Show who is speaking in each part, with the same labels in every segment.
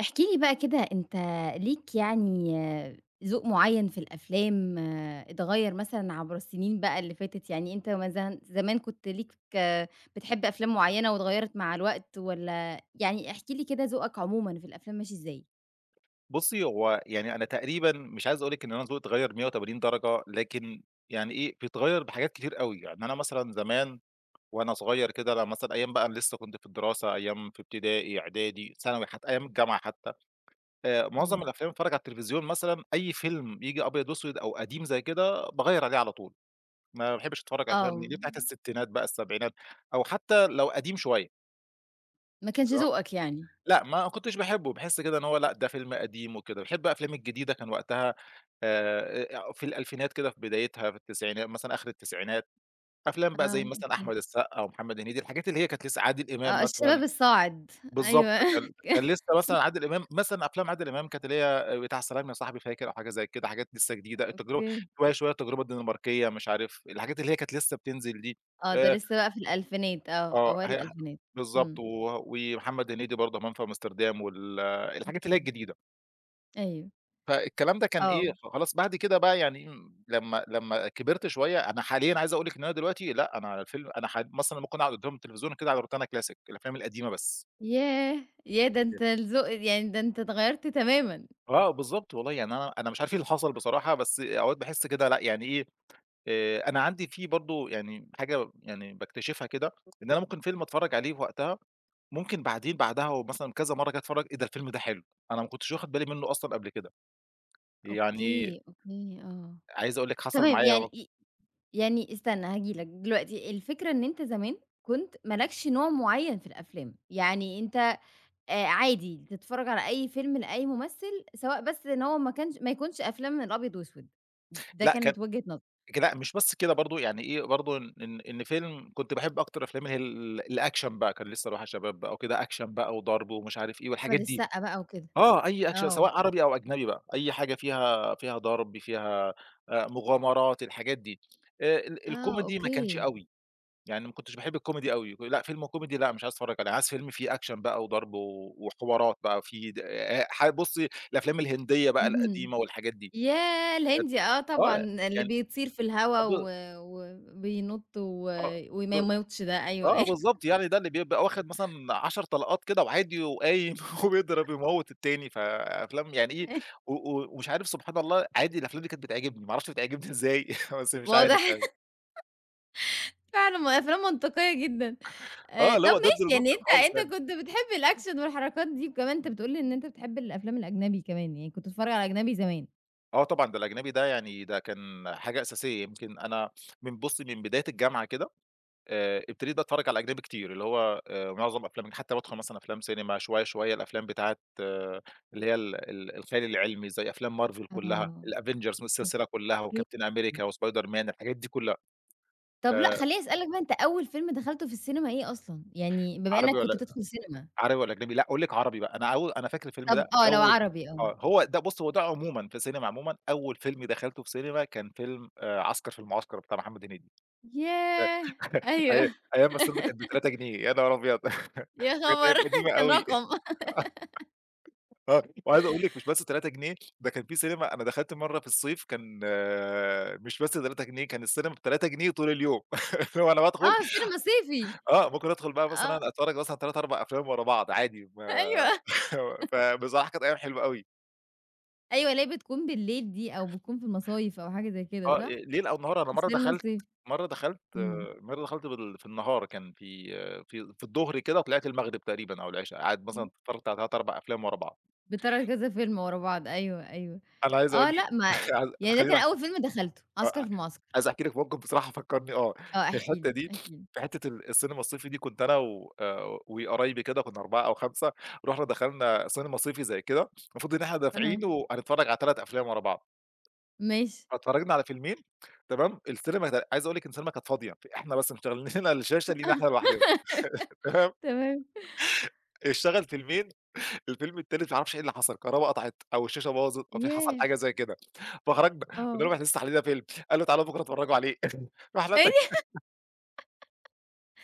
Speaker 1: احكِ لي بقى كده أنت ليك يعني ذوق معيّن في الأفلام اتغيّر مثلًا عبر السنين بقى اللي فاتت؟ يعني أنت مثلًا زمان كنت ليك بتحب أفلام معيّنة واتغيّرت مع الوقت والّا يعني احكِ لي كده ذوقك عمومًا في الأفلام ماشي إزاي؟
Speaker 2: بُصّي، هو يعني أنا تقريبًا مش عايز أقول لِك إن أنا ذوقي اتغيّر 180 درجة، لكن يعني إيه، بيتغيّر بحاجات كتير أوي، يعني أنا مثلًا زمان وأنا صغير كده لمّا مثلًا أيام بقى لسه كنت في الدراسة، أيام في ابتدائي، إعدادي، ثانوي، حتى أيام الجامعة حتى، معظم
Speaker 1: أيوه.
Speaker 2: الأفلام اللي باتفرّج على التلفزيون مثلًا أي فيلم ييجي أبيض وأسود أو قديم زي كده باغيّر عليه على طول، ما باحبش أتفرّج على الأفلام دي،
Speaker 1: آه،
Speaker 2: اللي هي بتاعة الستينات بقى، السبعينات أو حتى لو قديم شوية.
Speaker 1: ما كانش ذوقك يعني.
Speaker 2: لأ، ما كنتش باحبه، باحس كده إن هو لأ، ده فيلم قديم وكده، باحب بقى الأفلام الجديدة كان وقتها في الألفينات كده في بدايتها في التسعينات مثلًا آخر التسعينات، أفلام بقى
Speaker 1: آه،
Speaker 2: زي مثلًا
Speaker 1: أوكي.
Speaker 2: أحمد السقا ومحمد هنيدي، الحاجات اللي هي كانت لسه عادل إمام
Speaker 1: آه،
Speaker 2: مثلًا
Speaker 1: الشباب الصاعد
Speaker 2: بالضبط،
Speaker 1: أيوه.
Speaker 2: كان لسه مثلًا عادل إمام مثلًا أفلام عادل إمام كانت اللي هي بتاع سلام يا صاحبي فاكر أو حاجة زي كده، حاجات لسه جديدة، التجربة
Speaker 1: أوكي.
Speaker 2: شوية، شوية التجربة الدنماركية مش عارف، الحاجات اللي هي كانت لسه بتنزل دي
Speaker 1: آه، ده
Speaker 2: آآ
Speaker 1: لسه بقى في الألفينات
Speaker 2: آه،
Speaker 1: أوائل
Speaker 2: ه ه
Speaker 1: الألفينات.
Speaker 2: بالضبط،
Speaker 1: إمم.
Speaker 2: ومحمد هنيدي برضه همام في أمستردام الحاجات اللي هي
Speaker 1: اهم.
Speaker 2: الجديدة،
Speaker 1: أيوه.
Speaker 2: فالكلام ده كان
Speaker 1: آه. آه.
Speaker 2: إيه، خلاص بعد كده بقى يعني لمّا كبرت شوية أنا حاليًا عايز أقول لِك إن أنا دلوقتي لأ، أنا على الفيلم أنا ح مثلًا ممكن أقعد قدّام التلفزيون كده على روتانا كلاسيك، الأفلام القديمة بس.
Speaker 1: ياه! ياه! ده أنت الذوق يعني ده أنت اتغيّرت تمامًا.
Speaker 2: آه، بالضبط والله، يعني أنا مش عارف إيه اللي حصل بصراحة، بس أوقات باحس كده لأ، يعني إيه أنا عندي في برضه يعني حاجة يعني باكتشفها كده، إن أنا ممكن فيلم أتفرّج عليه في وقتها، ممكن بعدين بعدها ومثلًا كذا مرّة كده أتفرّج إيه ده الفيلم ده حلو، أنا ما كنتش واخد بالي منّه أصلًا قبل كده، يعني
Speaker 1: أوكي، أوكي، آه.
Speaker 2: عايز أقول لِك حصل
Speaker 1: تمام،
Speaker 2: معايا
Speaker 1: يعني ي يعني استنى هاجي لك دلوقتي، الفكرة إن أنت زمان كنت ما لكش نوع معيّن في الأفلام، يعني أنت عادي تتفرّج على أي فيلم لأي ممثل، سواء بس إن هو ما يكونش أفلام من الأبيض وأسود، ده
Speaker 2: لأ كان
Speaker 1: كانت وجهة نظرك،
Speaker 2: لأ مش بس كده برضه يعني إيه برضه إن فيلم كنت باحب أكتر أفلام اللي هي الأكشن بقى، كان لسه رايح على شباب بقى وكده أكشن بقى وضرب ومش عارف إيه والحاجات
Speaker 1: أحمد
Speaker 2: دي.
Speaker 1: السقا بقى وكده.
Speaker 2: آه، أي أكشن
Speaker 1: آه،
Speaker 2: سواء عربي أو أجنبي بقى، أي حاجة فيها ضرب، فيها مغامرات، الحاجات دي. ال
Speaker 1: آه،
Speaker 2: الكوميدي ما كانش
Speaker 1: أوكي.
Speaker 2: أوي، يعني ما كنتش باحب الكوميدي أوي، لأ فيلم كوميدي لأ مش عايز أتفرّج عليه، عايز فيلم فيه أكشن بقى وضرب و وحوارات بقى في د ح بُصّي الأفلام الهندية بقى
Speaker 1: اهم.
Speaker 2: القديمة والحاجات دي،
Speaker 1: ياه!
Speaker 2: كانت
Speaker 1: الهندي طبعًا،
Speaker 2: آه،
Speaker 1: اللي
Speaker 2: يعني
Speaker 1: بيطير في الهوا
Speaker 2: أب
Speaker 1: و وبينُط و
Speaker 2: آه،
Speaker 1: وما
Speaker 2: ب
Speaker 1: يموتش ده
Speaker 2: آه
Speaker 1: أيوه
Speaker 2: بالضبط، يعني ده اللي بيبقى واخد مثلًا 10 طلقات كده وعادي وقايم وبيضرب ويموّت التاني، فأفلام يعني إيه و و ومش عارف سبحان الله عادي الأفلام دي كانت بتعجبني، ما أعرفش بتعجبني إزاي بس مش عارف
Speaker 1: واضح
Speaker 2: يعني،
Speaker 1: فعلًا أفلام منطقية جدًا.
Speaker 2: آه اللي
Speaker 1: طب
Speaker 2: هو ضد
Speaker 1: ماشي، يعني
Speaker 2: المنطق
Speaker 1: أنت
Speaker 2: خالص يعني،
Speaker 1: أنت كنت بتحب الأكشن والحركات دي، وكمان أنت
Speaker 2: إمم،
Speaker 1: بتقول لي إن أنت بتحب الأفلام الأجنبي كمان، يعني كنت بتتفرّج على أجنبي زمان.
Speaker 2: آه طبعًا ده الأجنبي ده يعني ده كان حاجة أساسية، يمكن أنا من بُصّي من بداية الجامعة كده ابتديت بقى أتفرّج على أجنبي كتير، اللي هو معظم أفلام حتى بادخل مثلًا أفلام سينما شوية، شوية الأفلام بتاعة آه، اللي هي ال ال الخيال العلمي زي أفلام مارفل كلّها،
Speaker 1: آه،
Speaker 2: الAvengers السلسلة كلّها
Speaker 1: أوكي.
Speaker 2: وكابتن أمريكا وسبايدر مان الحاجات دي كلّها،
Speaker 1: طب لأ،
Speaker 2: آآ،
Speaker 1: خلّيني أسألك بقى أنت أول فيلم دخلته في السينما إيه أصلًا؟ يعني بما
Speaker 2: عربي
Speaker 1: إنّك
Speaker 2: والّا
Speaker 1: كنت بتدخل سينما،
Speaker 2: عربي والّا أجنبي؟ لأ أقول لِك عربي بقى، أنا أول أنا فاكر الفيلم
Speaker 1: طب
Speaker 2: ده
Speaker 1: آه، لو
Speaker 2: أول
Speaker 1: عربي آه.
Speaker 2: آه، هو ده بُصّ، هو ده عمومًا في السينما عمومًا أول فيلم دخلته في سينما كان فيلم عسكر في المعسكر بتاع محمد هنيدي
Speaker 1: ياه!
Speaker 2: أي
Speaker 1: أيوه.
Speaker 2: أيام ما السينما كانت ب3 جنيه يا نهار أبيض!
Speaker 1: يا
Speaker 2: كانت
Speaker 1: خبر!
Speaker 2: أيام قديمة
Speaker 1: كان
Speaker 2: أوي.
Speaker 1: رقم
Speaker 2: آه، وعايز أقول لِك مش بس 3 جنيه، ده كان في سينما أنا دخلت مرّة في الصيف كان مش بس 3 جنيه، كان السينما ب3 جنيه طول اليوم. اللي هو أنا بادخل
Speaker 1: آه، سينما صيفي.
Speaker 2: آه، ممكن أدخل بقى
Speaker 1: آه،
Speaker 2: مثلًا أتفرّج مثلًا 3، 4 أفلام ورا بعض عادي ما
Speaker 1: أيوه.
Speaker 2: فبصراحة كانت أيام حلوة أوي.
Speaker 1: أيوه، اللي هي بتكون بالليل دي أو بتكون في المصايف أو حاجة زي كده
Speaker 2: آه،
Speaker 1: صح؟
Speaker 2: ليل أو نهار أنا
Speaker 1: السينما الصيفي،
Speaker 2: مرّة دخلت
Speaker 1: إمم.
Speaker 2: مرّة دخلت في النهار كان في الضهر كده وطلعت المغرب تقريبًا أو العشا، قاعد مثلًا
Speaker 1: إمم.
Speaker 2: اتفرّجت على 3، 4 أفلام ورا بعض.
Speaker 1: بتعرض كذا فيلم ورا بعض، أيوه، أيوه.
Speaker 2: أنا عايز أقول
Speaker 1: آه،
Speaker 2: لِك
Speaker 1: لأ ما
Speaker 2: عايز
Speaker 1: يعني ده
Speaker 2: خلّيني
Speaker 1: كان
Speaker 2: أحكِ
Speaker 1: أول فيلم دخلته، عسكر
Speaker 2: آه،
Speaker 1: في المعسكر.
Speaker 2: عايز أحكي لك موقف بصراحة فكّرني آه،
Speaker 1: آه،
Speaker 2: في
Speaker 1: احكِ لي،
Speaker 2: الحتّة دي
Speaker 1: احكِ لي.
Speaker 2: في حتّة السينما الصيفي دي كنت أنا و وقرايبي كده كنا 4 أو 5 رُحنا دخلنا سينما صيفي زي كده، المفروض إن إحنا
Speaker 1: أها،
Speaker 2: دافعين وهنتفرّج على 3 أفلام ورا بعض،
Speaker 1: ماشي،
Speaker 2: فاتفرّجنا على فيلمين تمام، السينما كان عايز أقول لِك إن السينما كانت فاضية، إحنا بس مشغّلين لنا الشاشة لينا إحنا لوحدنا تمام،
Speaker 1: تمام.
Speaker 2: اشتغل فيلمين، الفيلم التالت ما أعرفش إيه اللي حصل، الكهربا قطعت أو الشاشة باظت أو في حصل
Speaker 1: ياه!
Speaker 2: حاجة زي كده، فخرجنا قُلنا
Speaker 1: آه.
Speaker 2: لهم إحنا لسه علينا فيلم، قالوا تعالوا بكرة اتفرّجوا عليه رُحنا
Speaker 1: إيه ده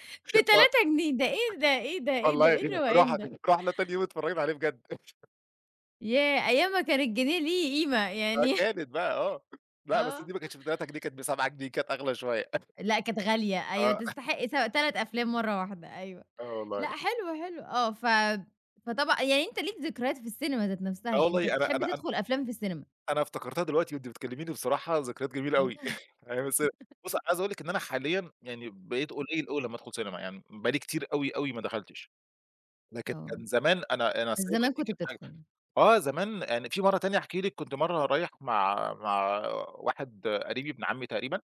Speaker 1: ب3
Speaker 2: ت
Speaker 1: جنيه! ده إيه ده، إيه ده، إيه ده، إيه
Speaker 2: والله
Speaker 1: الروقان
Speaker 2: رُح
Speaker 1: ده!
Speaker 2: رُحنا تاني يوم اتفرّجنا عليه بجد
Speaker 1: ياه! أيام ما كان الجنيه ليه قيمة يعني
Speaker 2: فكانت بقى آه. لأ، بس
Speaker 1: آه.
Speaker 2: دي ما كانتش ب3 جنيه كانت ب7 جنيه كانت أغلى شوية.
Speaker 1: لأ، كانت غالية أيوه،
Speaker 2: آه،
Speaker 1: تستحق 3 أفلام مرّة واحدة أيوه.
Speaker 2: آه والله.
Speaker 1: لأ، حلو، حلو آه، ف فطبعًا يعني أنت ليك ذكريات في السينما ذات نفسها،
Speaker 2: آه
Speaker 1: يعني أنت
Speaker 2: والله أنا
Speaker 1: بتحب
Speaker 2: أنا أنا
Speaker 1: تدخل أفلام في السينما؟
Speaker 2: أنا افتكرتها دلوقتي وأنتِ بتكلّميني بصراحة ذكريات جميلة أوي. أيام السينما. بُصّي، عايز أقول لِك إن أنا حاليًا يعني بقيت قليل أوي لمّا أدخل سينما، يعني بقى لي كتير أوي، أوي ما دخلتش. لكن
Speaker 1: آه،
Speaker 2: كان زمان أنا السينما
Speaker 1: زمان
Speaker 2: دي
Speaker 1: كنت
Speaker 2: كانت حاجة
Speaker 1: بتدخل.
Speaker 2: آه، زمان يعني في مرّة تانية أحكي لِك كنت مرّة رايح مع واحد قريبي ابن عمي تقريبًا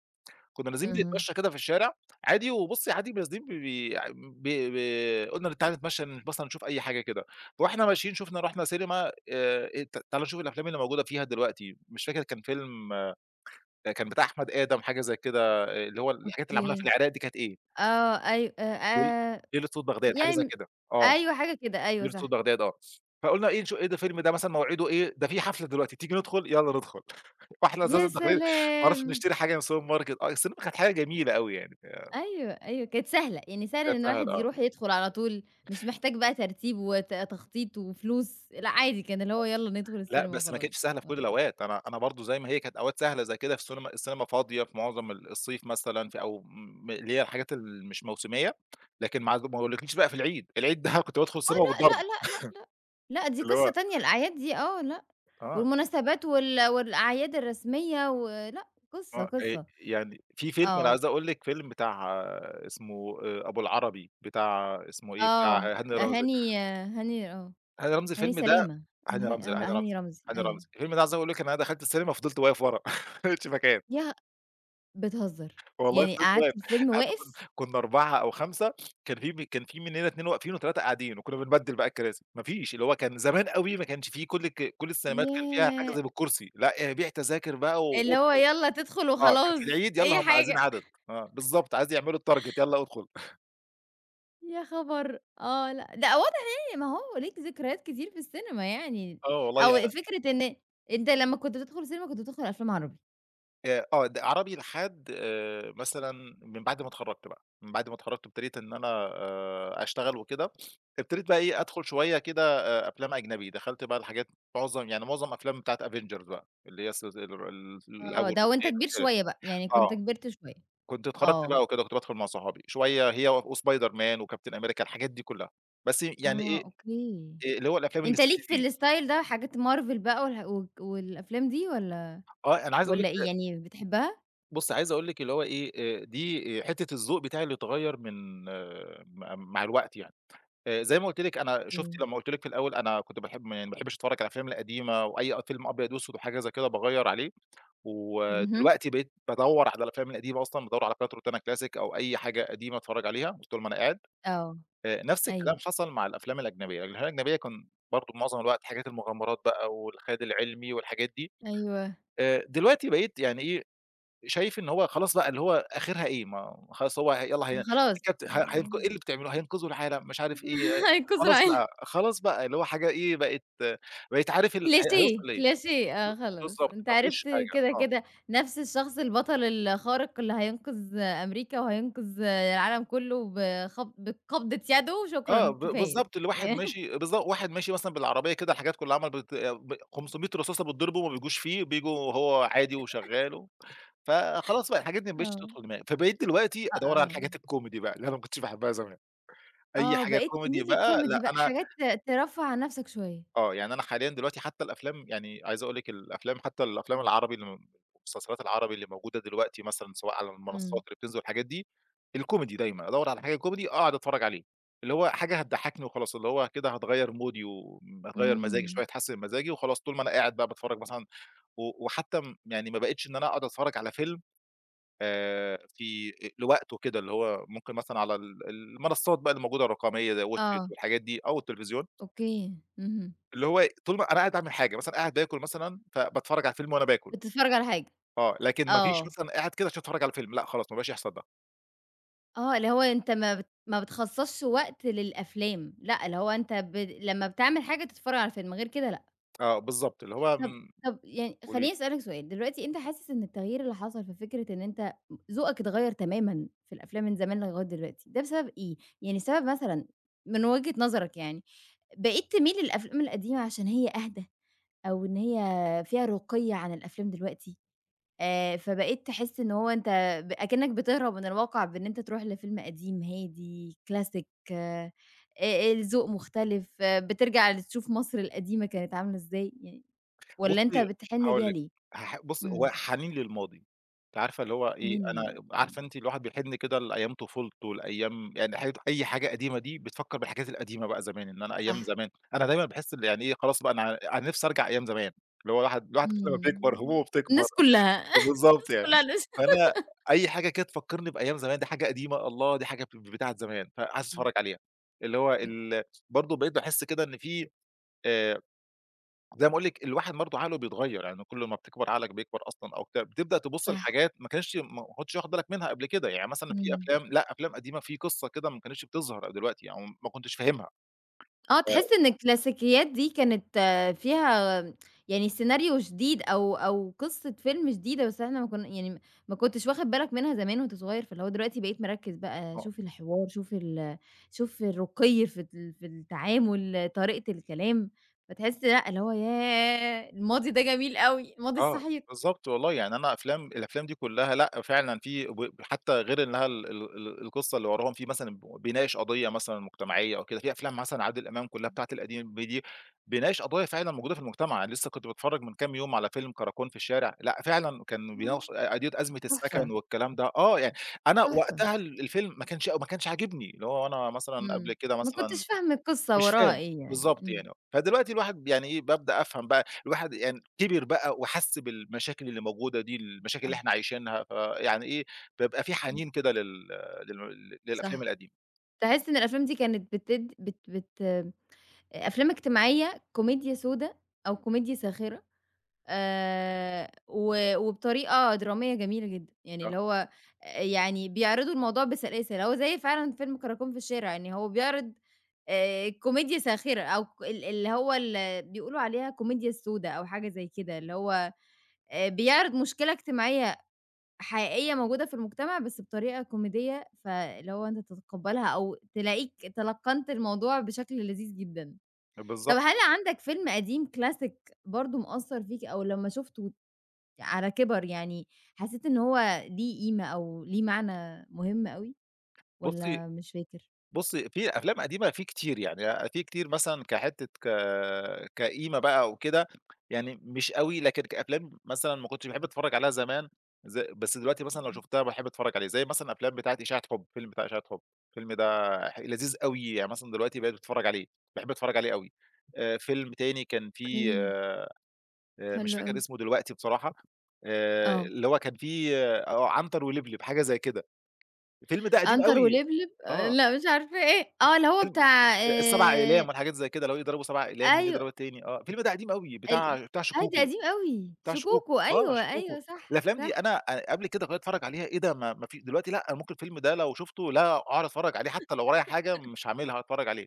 Speaker 2: كنا نازلين
Speaker 1: اهم.
Speaker 2: بنتمشى كده في الشارع عادي، وبُصّي عادي نازلين ب ب ب قُلنا تعالَ نتمشى مثلًا نشوف أي حاجة كده، فوإحنا ماشيين شُفنا رُحنا سينما إيه ت تعالَ نشوف الأفلام اللي موجودة فيها دلوقتي، مش فاكر كان فيلم آه، كان بتاع أحمد آدم حاجة زي كده، آه، اللي هو الحاجات اللي عملها في
Speaker 1: أوكي.
Speaker 2: العراق دي كانت إيه،
Speaker 1: آه، أيو
Speaker 2: ليل
Speaker 1: آآ
Speaker 2: ليلة صوت بغداد حاجة زي
Speaker 1: يعني
Speaker 2: كده، آه،
Speaker 1: أيوه، حاجة كده، أيوه
Speaker 2: ليلة صوت
Speaker 1: صح.
Speaker 2: بغداد آه، فقُلنا إيه نشو إيه ده الفيلم ده مثلًا موعده إيه، ده في حفلة دلوقتي تيجي ندخل، يالّا ندخل، فإحنا أساسًا
Speaker 1: يا
Speaker 2: داخلين ما اعرفش
Speaker 1: سلام!
Speaker 2: نشتري حاجة من السوبر ماركت، آه السينما كانت حاجة جميلة أوي يعني،
Speaker 1: أيوه، أيوه، كانت سهلة، يعني سهل
Speaker 2: كانت
Speaker 1: إن
Speaker 2: سهل
Speaker 1: الواحد
Speaker 2: آه.
Speaker 1: يروح يدخل على طول، مش محتاج بقى ترتيب تخطيط وفلوس، لأ، عادي كان اللي هو يالّا ندخل
Speaker 2: لأ،
Speaker 1: السينما
Speaker 2: بس ما
Speaker 1: وخلاص،
Speaker 2: كانتش سهلة في كل
Speaker 1: آه.
Speaker 2: الأوقات، أنا برضه زي ما هي كانت أوقات سهلة زي كده في السينما فاضية في معظم الصيف مثلًا في أو م اللي هي الحاجات اللي مش موسمية، لكن ما أقولكيش بقى في العيد، العيد ده كنت بادخل السينما
Speaker 1: آه، لأ،
Speaker 2: بالضرب،
Speaker 1: لأ، لأ، لأ، لأ، لأ، دي
Speaker 2: اللي
Speaker 1: قصة
Speaker 2: هو
Speaker 1: تانية الأعياد دي آه، لأ،
Speaker 2: آه،
Speaker 1: والمناسبات وال والأعياد الرسمية ولأ، قصة، قصة،
Speaker 2: يعني في فيلم أنا
Speaker 1: آه،
Speaker 2: عايز أقول لِك فيلم بتاع اسمه أبو العربي بتاع اسمه إيه،
Speaker 1: آه،
Speaker 2: بتاع هاني رمزي، هاني رمزي
Speaker 1: هاني
Speaker 2: الفيلم ده
Speaker 1: سلامة،
Speaker 2: هاني رمزي
Speaker 1: آه، لأ، هاني رمزي،
Speaker 2: هاني
Speaker 1: أيوه،
Speaker 2: رمزي، الفيلم ده عايز أقول لِك إن أنا دخلت السينما فضلت واقف ورا، ما لقيتش مكان.
Speaker 1: يا بتهزر!
Speaker 2: والله
Speaker 1: يعني
Speaker 2: فضلت
Speaker 1: قعدت
Speaker 2: واقف،
Speaker 1: الفيلم
Speaker 2: إحنا
Speaker 1: واقف؟
Speaker 2: كنا 4 أو 5 كان في مننا 2 واقفين و3 قاعدين، وكنا بنبدّل بقى الكراسي، ما فيش اللي هو كان زمان أوي ما كانش في كل السينمات كان فيها
Speaker 1: ياه!
Speaker 2: حجز بالكرسي، لأ إيه، بيع تذاكر بقى
Speaker 1: اللي هو
Speaker 2: واُدخل،
Speaker 1: يالّا تدخل
Speaker 2: آه كان
Speaker 1: وخلاص،
Speaker 2: في العيد يالّا
Speaker 1: أي
Speaker 2: هُم عايزين
Speaker 1: حاجة.
Speaker 2: عدد، آه بالضبط، عايز يعملوا التارجت يالّا أُدخل،
Speaker 1: يا خبر! آه، لأ، ده واضح يعني ما هو ليك ذكريات كتير في السينما يعني،
Speaker 2: آه
Speaker 1: أو
Speaker 2: والله
Speaker 1: فكرة إن أنت لمّا كنت بتدخل السينما كنت بتدخل أفلام عربي،
Speaker 2: آه، عربي لحد مثلًا من بعد ما اتخرّجت بقى، من بعد ما اتخرّجت ابتديت إن أنا أشتغل وكده، ابتديت بقى إيه، أدخُل شوية كده أفلام أجنبي، دخلت بقى الحاجات معظم يعني معظم أفلام بتاعة Avengers بقى، اللي هي السلس ال ال
Speaker 1: آه،
Speaker 2: الأول
Speaker 1: ده وأنت
Speaker 2: والتاني
Speaker 1: كبير
Speaker 2: والتالت
Speaker 1: شوية بقى، يعني
Speaker 2: آه،
Speaker 1: كنت كبرت شوية،
Speaker 2: كنت اتخرّجت
Speaker 1: آه.
Speaker 2: بقى وكده، كنت بادخُل مع صحابي، شوية هي وSpider Man وCaptain America الحاجات دي كُلّها، بس يعني
Speaker 1: آه،
Speaker 2: إيه،
Speaker 1: أوكي.
Speaker 2: اللي هو الأفلام
Speaker 1: أنت ليك في
Speaker 2: ال3D
Speaker 1: الstyle ده حاجات مارفل بقى والح وك والأفلام دي والّا
Speaker 2: آه، أنا عايز أقول
Speaker 1: والّا إيه،
Speaker 2: لِك
Speaker 1: يعني بتحبها؟
Speaker 2: بُصّي، عايز أقول لِك اللي هو إيه، دي آه، حتّة الذوق بتاعي اللي اتغيّر من آه، مع الوقت يعني. زي ما قُلت لِك أنا شُفتِ
Speaker 1: إمم.
Speaker 2: لمّا قُلت لِك في الأول أنا كنت باحب ما يعني ما باحبّش أتفرّج على الأفلام القديمة وأي فيلم أبيض وأسود وحاجة زي كده باغيّر عليه،
Speaker 1: اهم،
Speaker 2: ودلوقتي بقيت بادوّر على الأفلام القديمة أصلًا، بادوّر على كانت روتانا كلاسيك أو أي حاجة قديمة أتفرّج عليها طول ما أنا قاعد.
Speaker 1: آه،
Speaker 2: نفس
Speaker 1: أيوه.
Speaker 2: الكلام حصل مع الأفلام الأجنبية. الأفلام الأجنبية كان برضه معظم الوقت حاجات المغامرات بقى والخيال العلمي والحاجات دي.
Speaker 1: أيوه.
Speaker 2: دلوقتي بقيت يعني إيه شايف إن هو خلاص بقى اللي هو آخرها إيه، ما خلاص هو يالّا
Speaker 1: ما
Speaker 2: هي
Speaker 1: خلاص
Speaker 2: الكابتن ه
Speaker 1: آه،
Speaker 2: هينق إيه اللي بتعملوه، هينقذوا العالم مش عارف إيه، آه،
Speaker 1: هينقذوا
Speaker 2: خلاص
Speaker 1: العالم.
Speaker 2: بقى، خلاص بقى اللي هو حاجة إيه بقت بقيت عارف هي هيوصل
Speaker 1: كليشيه،
Speaker 2: لإيه،
Speaker 1: كليشيه آه خلاص،
Speaker 2: بالضبط
Speaker 1: أنت
Speaker 2: ما
Speaker 1: عرفت
Speaker 2: فيهوش حاجة
Speaker 1: كده،
Speaker 2: آه.
Speaker 1: كده نفْس الشخص البطل الخارق اللي هينقذ أمريكا وهينقذ العالم كلّه بقبضة يده
Speaker 2: آه
Speaker 1: شكرًا كفاية.
Speaker 2: بالضبط الواحد ماشي واحد ماشي مثلًا بالعربية كده الحاجات كلها عمّال بت ب 500 رصاصة بتضربه وما بيجوش فيه، بييجوا هو عادي وشغال. فخلاص بقى الحاجات دي ما بقتش
Speaker 1: آه،
Speaker 2: تدخل دماغي، فبقيت دلوقتي
Speaker 1: أ
Speaker 2: أدوّر على
Speaker 1: آه،
Speaker 2: الحاجات الكوميدي بقى اللي أنا ما كنتش باحبها زمان، أي
Speaker 1: آه
Speaker 2: حاجة
Speaker 1: بقيت
Speaker 2: كوميدي
Speaker 1: تميل
Speaker 2: بقى
Speaker 1: للكوميدي
Speaker 2: لأ
Speaker 1: بقى،
Speaker 2: أنا
Speaker 1: حاجات ترفّه عن نفْسك شوية.
Speaker 2: آه، يعني أنا حاليًا دلوقتي حتى الأفلام يعني عايز أقول لِك الأفلام حتى الأفلام العربي اللي م المسلسلات العربي اللي موجودة دلوقتي مثلًا سواء على المنصات
Speaker 1: إمم،
Speaker 2: اللي بتنزل والحاجات دي، الكوميدي دايمًا، أدوّر على حاجة كوميدي أقعد أتفرّج عليه، اللي هو حاجة هتضحّكني وخلاص، اللي هو كده هتغيّر مودي هتغيّر مزاجي
Speaker 1: إمم،
Speaker 2: شوية، هتحسّن مزاجي وخلاص، طول ما أنا قاعد بقى باتفرّج مثلًا. و وحتى م يعني ما بقيتش إن أنا أقعد أتفرّج على فيلم في لوقته كده، اللي هو ممكن مثلًا على المنصات بقى اللي موجودة الرقمية زي واتش إت
Speaker 1: آه،
Speaker 2: والحاجات دي أو التلفزيون
Speaker 1: أوكي، اهم،
Speaker 2: اللي هو طول ما أنا قاعد باعمل حاجة، مثلًا قاعد باكل مثلًا، فباتفرّج على فيلم وأنا باكل،
Speaker 1: بتتفرّج على حاجة،
Speaker 2: آه، لكن ما فيش
Speaker 1: آه،
Speaker 2: مثلًا قاعد كده عشان أتفرّج على فيلم، لأ خلاص ما بقاش يحصل ده،
Speaker 1: آه اللي هو أنت ما بتخصّصش وقت للأفلام، لأ اللي هو أنت لمّا بتعمل حاجة تتفرّج على فيلم، غير كده لأ.
Speaker 2: آه بالضبط، اللي هو،
Speaker 1: طب طب يعني
Speaker 2: قولي لي،
Speaker 1: خلّيني أسألك سؤال، دلوقتي أنت حاسس إن التغيير اللي حصل في فكرة إن أنت ذوقك اتغيّر تمامًا في الأفلام من زمان لغاية دلوقتي، ده بسبب إيه؟ يعني السبب مثلًا من وجهة نظرك يعني، بقيت تميل للأفلام القديمة عشان هي أهدى أو إن هي فيها رقي عن الأفلام دلوقتي؟ فبقيت تحس إن هو أنت أكنك بتهرب من الواقع بإن أنت تروح لفيلم قديم هادي كلاسيك الذوق مختلف، آه، بترجع تشوف مصر القديمة كانت عاملة إزاي يعني، والّا أنت
Speaker 2: بُصّي
Speaker 1: بتحن
Speaker 2: هاقول
Speaker 1: ليها
Speaker 2: لِك،
Speaker 1: ليه؟
Speaker 2: بُصّي هو
Speaker 1: إمم،
Speaker 2: حنين للماضي، أنتِ عارفة اللي هو إيه، أنا
Speaker 1: خلّينا
Speaker 2: عارفة أنتِ الواحد بيحِن كده لأيام طفولته، لأيام يعني حاجات أي حاجة قديمة دي بتفكّر بالحاجات القديمة بقى زمان، إن أنا أيام
Speaker 1: صح،
Speaker 2: زمان، أنا دايمًا باحس إن يعني إيه، خلاص بقى أنا نِفْسي أرجع أيام زمان، اللي هو الواحد كل ما بيكبر
Speaker 1: إمم،
Speaker 2: همومه بتكبر.
Speaker 1: الناس كلها،
Speaker 2: بالضبط
Speaker 1: الناس
Speaker 2: يعني.
Speaker 1: كلها لسه
Speaker 2: فأنا أي حاجة كده تفكّرني بأيام زمان، دي حاجة قديمة، الله! دي حاجة بتاعة زمان، فعايز أتفرّج عليها. اللي هو ال برضه بقيت باحس كده إن في آآ، زي ما باقول لِك الواحد برضه عقله بيتغيّر، يعني كل ما بتكبر عقلك بيكبر أصلًا أو بتاع، بتبدأ تبُص
Speaker 1: صح،
Speaker 2: لحاجات ما كنتش واخد بالك منها قبل كده، يعني مثلًا في
Speaker 1: إمم.
Speaker 2: أفلام لأ، أفلام قديمة في قصة كده ما كانتش بتظهر دلوقتي أو يعني ما كنتش فاهمها.
Speaker 1: آه، تحس إن الكلاسيكيات دي كانت آه، فيها يعني سيناريو جديد أو قصة فيلم جديدة، بس إحنا ما كن يعني ما كنتش واخد بالك منها زمان وأنت صغير، فاللي هو دلوقتي بقيت مركّز بقى
Speaker 2: آآ
Speaker 1: شوف الحوار، شوف الرقي في التعامل، طريقة الكلام، فتحس لأ، اللي هو ياه! الماضي ده جميل أوي، الماضي
Speaker 2: آه،
Speaker 1: الصحي
Speaker 2: بالضبط والله، يعني أنا الأفلام دي كلّها لأ، فعلًا في ب حتى غير إنها ال ال ال القصة اللي وراهم في مثلًا بيناقش قضية مثلًا مجتمعية أو كده، في أفلام مثلًا عادل إمام كلّها بتاعة القديم دي بيناقش قضايا فعلًا موجودة في المجتمع، أنا لسه كنت باتفرّج من كام يوم على فيلم كراكون في الشارع، لأ فعلًا كان
Speaker 1: آه،
Speaker 2: بيناقش قضية أزمة السكن
Speaker 1: تحفة،
Speaker 2: والكلام ده، آه، يعني أنا
Speaker 1: تحفة،
Speaker 2: وقتها الفيلم ما كانش عاجبني، اللي هو أنا مثلًا قبل
Speaker 1: إمم،
Speaker 2: كده
Speaker 1: ما
Speaker 2: مثلًا
Speaker 1: كنتش فاهمة القصة
Speaker 2: مش فاهم،
Speaker 1: وراها إيه يعني،
Speaker 2: بالضبط
Speaker 1: إمم،
Speaker 2: يعني آه. فدلوقتي الواحد يعني إيه، بابدأ أفهم بقى الواحد يعني كِبِر بقى وحَس بالمشاكل اللي موجودة دي، المشاكل اللي
Speaker 1: صح،
Speaker 2: إحنا عايشينها، فيعني إيه، بيبقى في
Speaker 1: إمم،
Speaker 2: حنين كده لل لل للأفلام
Speaker 1: صح.
Speaker 2: القديمة.
Speaker 1: تحس إن الأفلام دي كانت بتد بت بت أفلام اجتماعية، كوميديا سودا أو كوميديا ساخرة و وبطريقة درامية جميلة جدًا، يعني
Speaker 2: آه،
Speaker 1: اللي هو يعني بيعرضوا الموضوع بسلاسة، هو زي فعلًا فيلم كراكون في الشارع، يعني هو بيعرض كوميديا ساخرة أو ك ال اللي هو ال بيقولوا عليها كوميديا السودا أو حاجة زي كده، اللي هو بيعرض مشكلة اجتماعية حقيقية موجودة في المجتمع بس بطريقة كوميدية، فاللي هو أنت تتقبّلها أو تلاقيك تلقّنت الموضوع بشكل لذيذ جدًا. طب هل
Speaker 2: بالضبط.
Speaker 1: عندك فيلم قديم كلاسيك برضه مأثّر فيك أو لمّا شُفته على كِبَر يعني حسّيت إن هو ليه قيمة أو ليه معنى مهم أوي
Speaker 2: بُصّي
Speaker 1: والّا مش فاكر؟
Speaker 2: بُصّي، في أفلام قديمة في كتير، يعني في كتير مثلًا كحتّة ك كقيمة بقى أو كده، يعني مش أوي، لكن كأفلام مثلًا ما كنتش باحب أتفرّج عليها زمان، بس دلوقتي مثلًا لو شُفتها باحب أتفرّج عليه، زي مثلًا أفلام بتاعة إشاعة حُب، الفيلم بتاع إشاعة حُب، الفيلم ده لذيذ أوي، يعني مثلًا دلوقتي بقيت باتفرّج عليه، باحب أتفرّج عليه أوي. فيلم تاني كان فيه
Speaker 1: أوكي،
Speaker 2: مش
Speaker 1: حلو
Speaker 2: فاكر
Speaker 1: أوي.
Speaker 2: اسمه دلوقتي بصراحة،
Speaker 1: آه،
Speaker 2: اللي هو كان فيه عنتر ولبلب، حاجة زي كده، الفيلم ده قديم
Speaker 1: عنتر
Speaker 2: أوي.
Speaker 1: ولبلب آه،
Speaker 2: آه،
Speaker 1: لأ مش عارفة إيه، آه اللي هو
Speaker 2: فيلم
Speaker 1: بتاع
Speaker 2: السبع أقلام والحاجات زي كده، لو يضربوا 7 أقلام، مين يضرب
Speaker 1: أيوه.
Speaker 2: التاني آه، الفيلم ده قديم أوي
Speaker 1: ال
Speaker 2: بتاع
Speaker 1: آه ده
Speaker 2: شيكوكو،
Speaker 1: قديم أوي،
Speaker 2: بتاع شيكوكو،
Speaker 1: شكوكو
Speaker 2: آه
Speaker 1: أيوه،
Speaker 2: شيكوكو،
Speaker 1: أيوه صح،
Speaker 2: الأفلام دي
Speaker 1: صح.
Speaker 2: أنا قبل كده كنت أتفرّج عليها إيه ده ما ما في دلوقتي لأ، أنا ممكن الفيلم ده لو شُفته لا أقعد أتفرّج عليه حتى لو ورايا حاجة مش هاعملها هاتفرّج عليه،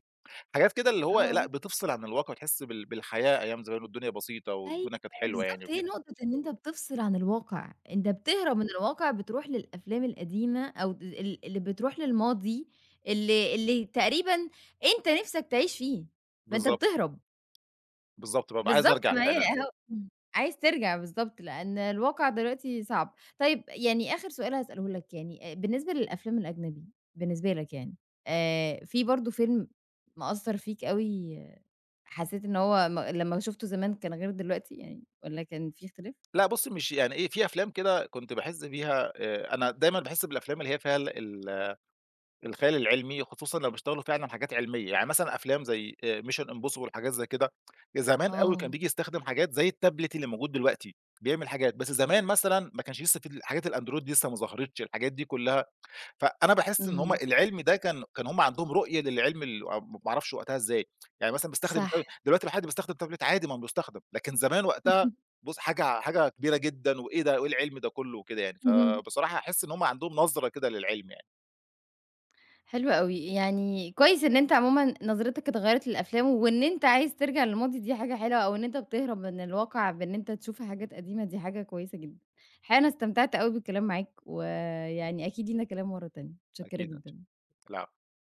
Speaker 2: حاجات كده اللي هو لأ،
Speaker 1: آه.
Speaker 2: بتفصل عن الواقع وتحس بالحياة أيام زمان والدنيا بسيطة
Speaker 1: أيوه
Speaker 2: والدنيا كانت حلوة يعني
Speaker 1: بالضبط، هي
Speaker 2: وكده،
Speaker 1: نقطة إن أنت بتفصل عن الواقع،
Speaker 2: إمم،
Speaker 1: أنت بتهرب من الواقع بتروح للأفلام القديمة أو د ال اللي بتروح للماضي اللي تقريبًا أنت نِفْسك تعيش فيه، فأنت
Speaker 2: بالضبط،
Speaker 1: بتهرب.
Speaker 2: بالضبط، بابقى عايز
Speaker 1: بالضبط،
Speaker 2: أرجع
Speaker 1: ما هي
Speaker 2: فعلًا،
Speaker 1: أهو إمم. عايز ترجع بالضبط، لأن الواقع دلوقتي صعب. طيب يعني آخر سؤال هاسأله لك يعني، بالنسبة للأفلام الأجنبي بالنسبة لك يعني، في برضه فيلم مأثّر فيك أوي حسّيت إن هو لمّا شُفته زمان كان غير دلوقتي يعني والّا كان في اختلاف؟
Speaker 2: لأ بُصّي مش يعني إيه في أفلام كده كنت باحس بيها أنا دايمًا باحس بالأفلام اللي هي فيها ال ال الخيال العلمي، خصوصًا لو بيشتغلوا فعلًا حاجات علمية، يعني مثلًا أفلام زي Mission Impossible حاجات زي كده، زمان أوي كان
Speaker 1: آه.
Speaker 2: بييجي يستخدم حاجات زي التابلت اللي موجود دلوقتي، بيعمل حاجات، بس زمان مثلًا ما كانش لسه في الحاجات الأندرويد دي لسه ما ظهرتش، الحاجات دي كلها، فأنا
Speaker 1: آه،
Speaker 2: باحس إن هُم
Speaker 1: اهم،
Speaker 2: العلم ده كان هُم عندهم رؤية للعلم ما أعرفش وقتها إزاي، يعني مثلًا بيستخدم
Speaker 1: صح.
Speaker 2: تا دلوقتي لو حد بيستخدم تابلت عادي ما هو بيستخدم، لكن زمان وقتها بُص حاجة كبيرة جدًا، وإيه ده، وإيه العلم ده كله وكده يعني،
Speaker 1: اهم.
Speaker 2: فبصراحة أحس إن هُم عندهم نظرة كده للعلم يعني،
Speaker 1: حلو أوي، يعني كويس إن أنت عمومًا نظرتك اتغيّرت للأفلام، وإن أنت عايز ترجع للماضي دي حاجة حلوة، أو إن أنت بتهرب من الواقع بإن أنت تشوف حاجات قديمة دي حاجة كويسة جدًا. الحقيقة أنا استمتعت أوي بالكلام معاك، ويعني أكيد لينا كلام مرّة تانية، متشكرة
Speaker 2: أكيد أنت
Speaker 1: جدًا.
Speaker 2: لا